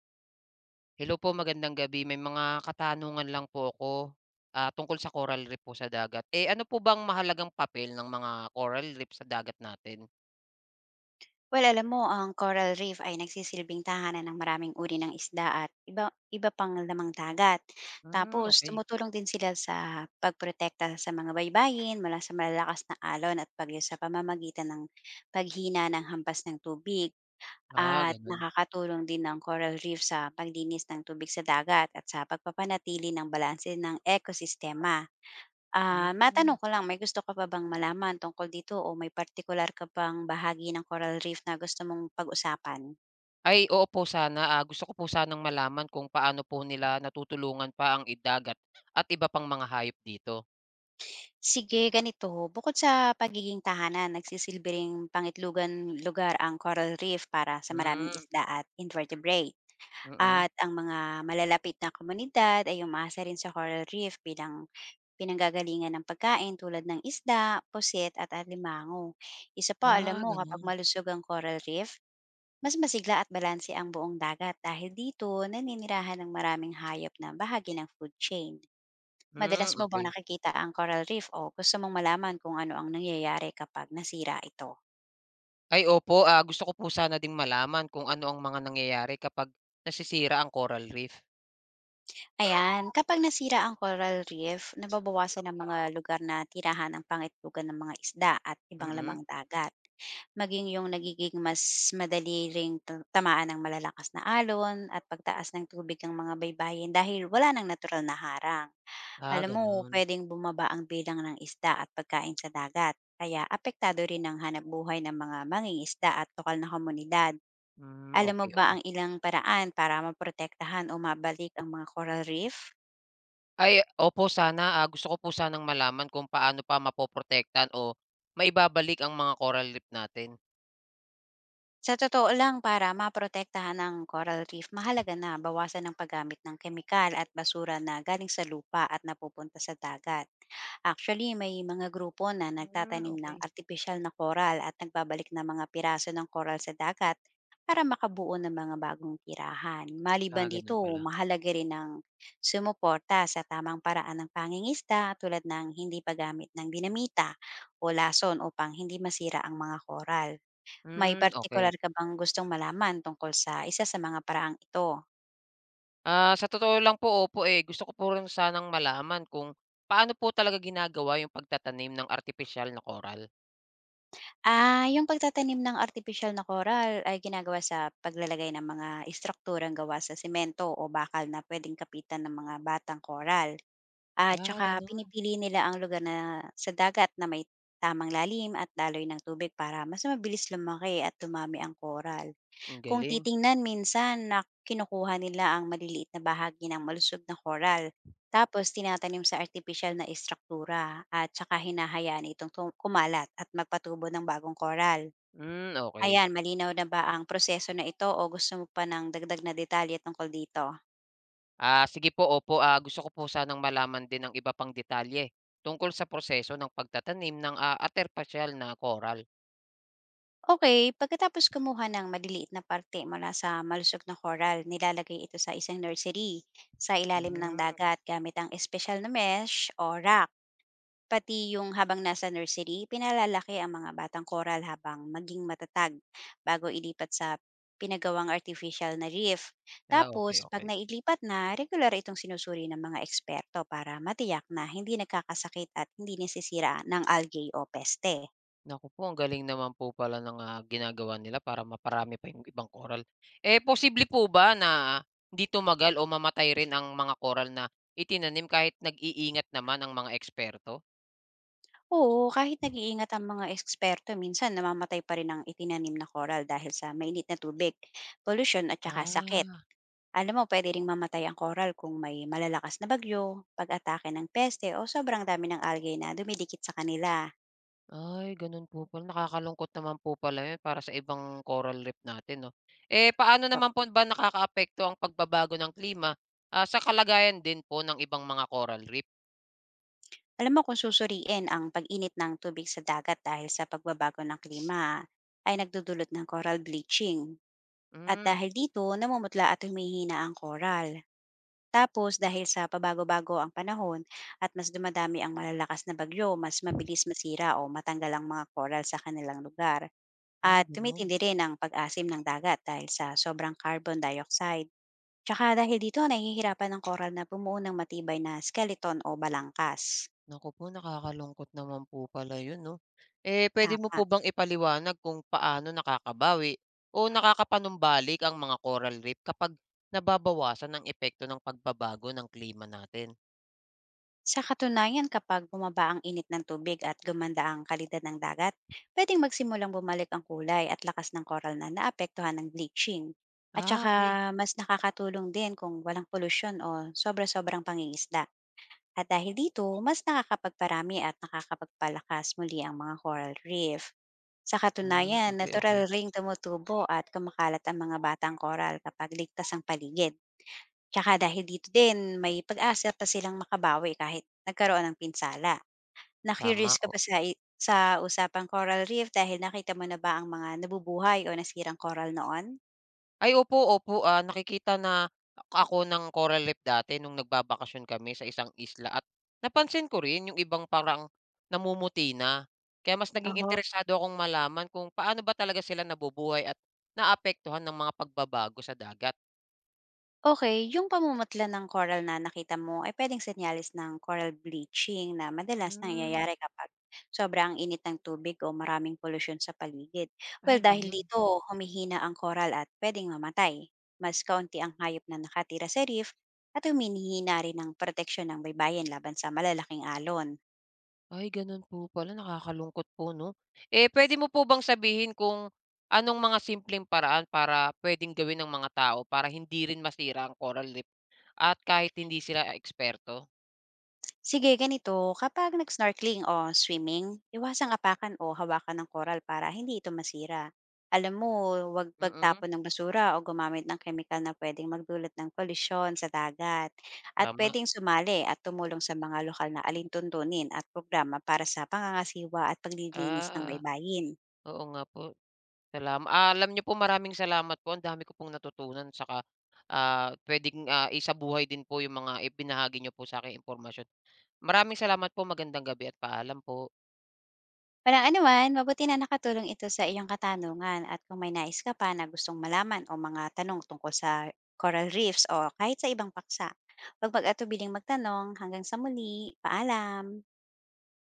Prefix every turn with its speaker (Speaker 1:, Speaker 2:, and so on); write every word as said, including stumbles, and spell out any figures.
Speaker 1: Hello po, magandang gabi. May mga katanungan lang po ako, ah, tungkol sa coral reef po sa dagat. Eh, ano po bang mahalagang papel ng mga coral reef sa dagat natin?
Speaker 2: Well, alam mo, ang coral reef ay nagsisilbing tahanan ng maraming uri ng isda at iba, iba pang lamang dagat.
Speaker 1: Hmm,
Speaker 2: Tapos
Speaker 1: okay.
Speaker 2: tumutulong din sila sa pagprotekta sa mga baybayin mula sa malalakas na alon at bagyo sa pamamagitan ng paghina ng hampas ng tubig,
Speaker 1: Ah,
Speaker 2: at
Speaker 1: gano'n.
Speaker 2: nakakatulong din ng coral reef sa paglinis ng tubig sa dagat at sa pagpapanatili ng balanse ng ekosistema. Ah,
Speaker 1: Hmm.
Speaker 2: matanong ko lang, may gusto ka pa bang malaman tungkol dito o may partikular ka bang bahagi ng coral reef na gusto mong pag-usapan?
Speaker 1: Ay, oo po sana, ah, gusto ko po sanang malaman kung paano po nila natutulungan pa ang i at iba pang mga hayop dito.
Speaker 2: Sige, ganito. Bukod sa pagiging tahanan, nagsisilbi ring pangitlugan lugar ang coral reef para sa maraming
Speaker 1: Hmm,
Speaker 2: isda at invertebrate.
Speaker 1: mm.
Speaker 2: At ang mga malalapit na komunidad ay umaasa rin sa coral reef bilang pinanggagalingan ng pagkain tulad ng isda, pusit at alimango. Isa pa, alam
Speaker 1: Ah,
Speaker 2: mo, kapag
Speaker 1: gano'n.
Speaker 2: malusog ang coral reef, mas masigla at balanse ang buong dagat dahil dito naninirahan ng maraming hayop na bahagi ng food chain. Madalas
Speaker 1: Hmm,
Speaker 2: mo bang
Speaker 1: okay.
Speaker 2: nakikita ang coral reef o gusto mong malaman kung ano ang nangyayari kapag nasira ito?
Speaker 1: Ay opo, ah, gusto ko po sana ding malaman kung ano ang mga nangyayari kapag nasisira ang coral reef.
Speaker 2: Ayan, kapag nasira ang coral reef, nababawasan ang mga lugar na tirahan ng pangitlugan ng mga isda at ibang
Speaker 1: Mm.
Speaker 2: lamang dagat. Maging yung nagiging mas madali ring ta tamaan ng malalakas na alon at pagtaas ng tubig ng mga baybayin dahil wala ng natural na harang.
Speaker 1: Ah,
Speaker 2: Alam mo,
Speaker 1: gano'n.
Speaker 2: puwedeng bumaba ang bilang ng isda at pagkain sa dagat, kaya apektado rin ang hanapbuhay ng mga mangingisda at lokal na komunidad.
Speaker 1: Hmm,
Speaker 2: Alam mo
Speaker 1: okay,
Speaker 2: ba
Speaker 1: okay.
Speaker 2: ang ilang paraan para maprotektahan o mabalik ang mga coral reef?
Speaker 1: Ay, opo sana, ah, gusto ko po sanang malaman kung paano pa mapoprotektahan o maibabalik ang mga coral reef natin.
Speaker 2: Sa totoo lang, para maprotektahan ang coral reef, mahalaga na bawasan ang paggamit ng kemikal at basura na galing sa lupa at napupunta sa dagat. Actually, may mga grupo na
Speaker 1: Hmm,
Speaker 2: nagtatanim ng
Speaker 1: okay.
Speaker 2: artificial na coral at nagbabalik ng mga piraso ng coral sa dagat para makabuo ng mga bagong tirahan.
Speaker 1: Ah,
Speaker 2: Maliban
Speaker 1: gano'n
Speaker 2: dito,
Speaker 1: pala.
Speaker 2: mahalaga rin ang sumuporta sa tamang paraan ng pangingista tulad ng hindi paggamit ng dinamita o lason upang hindi masira ang mga coral. May
Speaker 1: Hmm, okay.
Speaker 2: partikular ka bang gustong malaman tungkol sa isa sa mga paraang ito?
Speaker 1: Ah, sa totoo lang po, opo, eh, gusto ko po rin sanang malaman kung paano po talaga ginagawa yung pagtatanim ng artificial na coral?
Speaker 2: Ah, yung pagtatanim ng artificial na koral ay ginagawa sa paglalagay ng mga istrukturang gawa sa semento o bakal na pwedeng kapitan ng mga batang koral. At
Speaker 1: Ah,
Speaker 2: tsaka
Speaker 1: gano'n.
Speaker 2: pinipili nila ang lugar na sa dagat na may tamang lalim at daloy ng tubig para mas mabilis lumaki at tumami ang coral.
Speaker 1: Ang
Speaker 2: Kung
Speaker 1: galing.
Speaker 2: titingnan, minsan na kinukuha nila ang maliliit na bahagi ng malusog na coral, tapos tinatanim sa artificial na istruktura at tsaka hinahayaan itong tum- kumalat at magpatubo ng bagong coral.
Speaker 1: Hmm, okay.
Speaker 2: Ayan, malinaw na ba ang proseso na ito o gusto mo pa ng dagdag na detalye tungkol dito?
Speaker 1: Ah, sige po, opo. Ah, gusto ko po sanang malaman din ng iba pang detalye tungkol sa proseso ng pagtatanim ng, ah, artipisyal na coral.
Speaker 2: Okay, pagkatapos kumuha ng maliliit na parte mula sa malusog na coral, nilalagay ito sa isang nursery sa ilalim ng
Speaker 1: Hmm.
Speaker 2: dagat gamit ang espesyal na mesh o rack. Pati yung habang nasa nursery, pinalalaki ang mga batang coral habang maging matatag bago ilipat sa pinagawang artificial na reef.
Speaker 1: Ah, okay,
Speaker 2: Tapos, pag
Speaker 1: okay.
Speaker 2: nailipat na, regular itong sinusuri ng mga eksperto para matiyak na hindi nagkakasakit at hindi nasisira ng algae o peste.
Speaker 1: Naku po, ang galing naman po pala ng, ah, ginagawa nila para maparami pa yung ibang coral. Eh, posible po ba na hindi tumagal o mamatay rin ang mga coral na itinanim kahit nag-iingat naman ang mga eksperto?
Speaker 2: Oo, kahit nag-iingat ang mga eksperto, minsan namamatay pa rin ang itinanim na coral dahil sa mainit na tubig, pollution at saka sakit.
Speaker 1: Ah.
Speaker 2: Alam mo, pwede ring mamatay ang coral kung may malalakas na bagyo, pag-atake ng peste o sobrang dami ng algae na dumidikit sa kanila.
Speaker 1: Ay, gano'n po pala. Nakakalungkot naman po pala 'yun para sa ibang coral reef natin 'no. Eh, paano naman po ba nakakaapekto ang pagbabago ng klima, ah, sa kalagayan din po ng ibang mga coral reef?
Speaker 2: Alam mo, kung susuriin, ang pag-init ng tubig sa dagat dahil sa pagbabago ng klima ay nagdudulot ng coral bleaching. At
Speaker 1: Hmm,
Speaker 2: dahil dito, namumutla at humihina ang coral. Tapos dahil sa pabago-bago ang panahon at mas dumadami ang malalakas na bagyo, mas mabilis masira o matanggal ang mga coral sa kanilang lugar.
Speaker 1: ay
Speaker 2: At
Speaker 1: gano'n.
Speaker 2: tumitindi rin ang pag-asim ng dagat dahil sa sobrang carbon dioxide. Tsaka dahil dito, nahihirapan ang coral na bumuo ng matibay na skeleton o balangkas.
Speaker 1: Naku po, nakakalungkot naman po pala 'yun 'no. Eh, puwede mo
Speaker 2: Tama.
Speaker 1: po bang ipaliwanag kung paano nakakabawi o nakakapanumbalik ang mga coral reef kapag nababawasan ang epekto ng pagbabago ng klima natin?
Speaker 2: Sa katunayan, kapag bumaba ang init ng tubig at gumanda ang kalidad ng dagat, pwedeng magsimulang bumalik ang kulay at lakas ng coral na naapektuhan ng bleaching. At
Speaker 1: Ah,
Speaker 2: saka
Speaker 1: okay.
Speaker 2: mas nakakatulong din kung walang polusyon o sobra-sobrang pangingisda. At dahil dito, mas nakakapagparami at nakakapagpalakas muli ang mga coral reef. Sa
Speaker 1: Hmm,
Speaker 2: katunayan,
Speaker 1: okay, okey.
Speaker 2: natural ring tumutubo at kumakalat ang mga batang coral kapag ligtas ang paligid. Tsaka dahil dito din may pag-asa pa silang makabawi kahit nagkaroon ng pinsala.
Speaker 1: Tama,
Speaker 2: Na-curious ka
Speaker 1: o.
Speaker 2: ba sa i sa usapang coral reef dahil nakita mo na ba ang mga nabubuhay o nasirang coral noon?
Speaker 1: Ay opo, opo, ah, nakikita na ako ng coral reef dati nung nagbabakasyon kami sa isang isla at napansin ko rin yung ibang parang namumuti na. Kaya mas naging
Speaker 2: Oo.
Speaker 1: interesado akong malaman kung paano ba talaga sila nabubuhay at naapektuhan ng mga pagbabago sa dagat.
Speaker 2: Okay, yung pamumutla ng coral na nakita mo ay pwedeng senyales ng coral bleaching na madalas
Speaker 1: Hmm,
Speaker 2: nangyayari kapag sobrang init ng tubig o maraming polusyon sa paligid. Well,
Speaker 1: ay
Speaker 2: dahil
Speaker 1: gano'n.
Speaker 2: dito humihina ang coral at pwedeng mamatay. Mas kaunti ang hayop na nakatira sa reef at huminihina rin ng proteksyon ng baybayin laban sa malalaking alon.
Speaker 1: Ay gano'n po pala, nakakalungkot po 'no. Eh, pwede mo po bang sabihin kung anong mga simpleng paraan para puwedeng gawin ng mga tao para hindi rin masira ang coral reef at kahit hindi sila eksperto?
Speaker 2: Sige, ganito. Kapag nag-snorkeling o swimming, iwasang apakan o hawakan ng koral para hindi ito masira. Alam mo, huwag
Speaker 1: Mm,
Speaker 2: pagtapon ng basura o gumamit ng kemikal na pwedeng magdulot ng polusyon sa dagat. At
Speaker 1: tama.
Speaker 2: pwedeng sumali at tumulong sa mga lokal na alintuntunin at programa para sa pangangasiwa at paglilinis ng
Speaker 1: Ah,
Speaker 2: baybayin.
Speaker 1: oo nga po. Salam ah, alam niyo po, maraming salamat po, ang dami ko pong natutunan saka, ah, puwedeng, ah, isabuhay din po yung mga ibinahagi niyo po sa sa'king impormasyon. Maraming salamat po, magandang gabi at paalam po.
Speaker 2: Walang anuman, mabuti na nakatulong ito sa iyong katanungan, at kung may nais ka pa na gustong malaman o mga tanong tungkol sa coral reefs o kahit sa ibang paksa, huwag mag-atubiling magtanong hanggang sa muli. Paalam!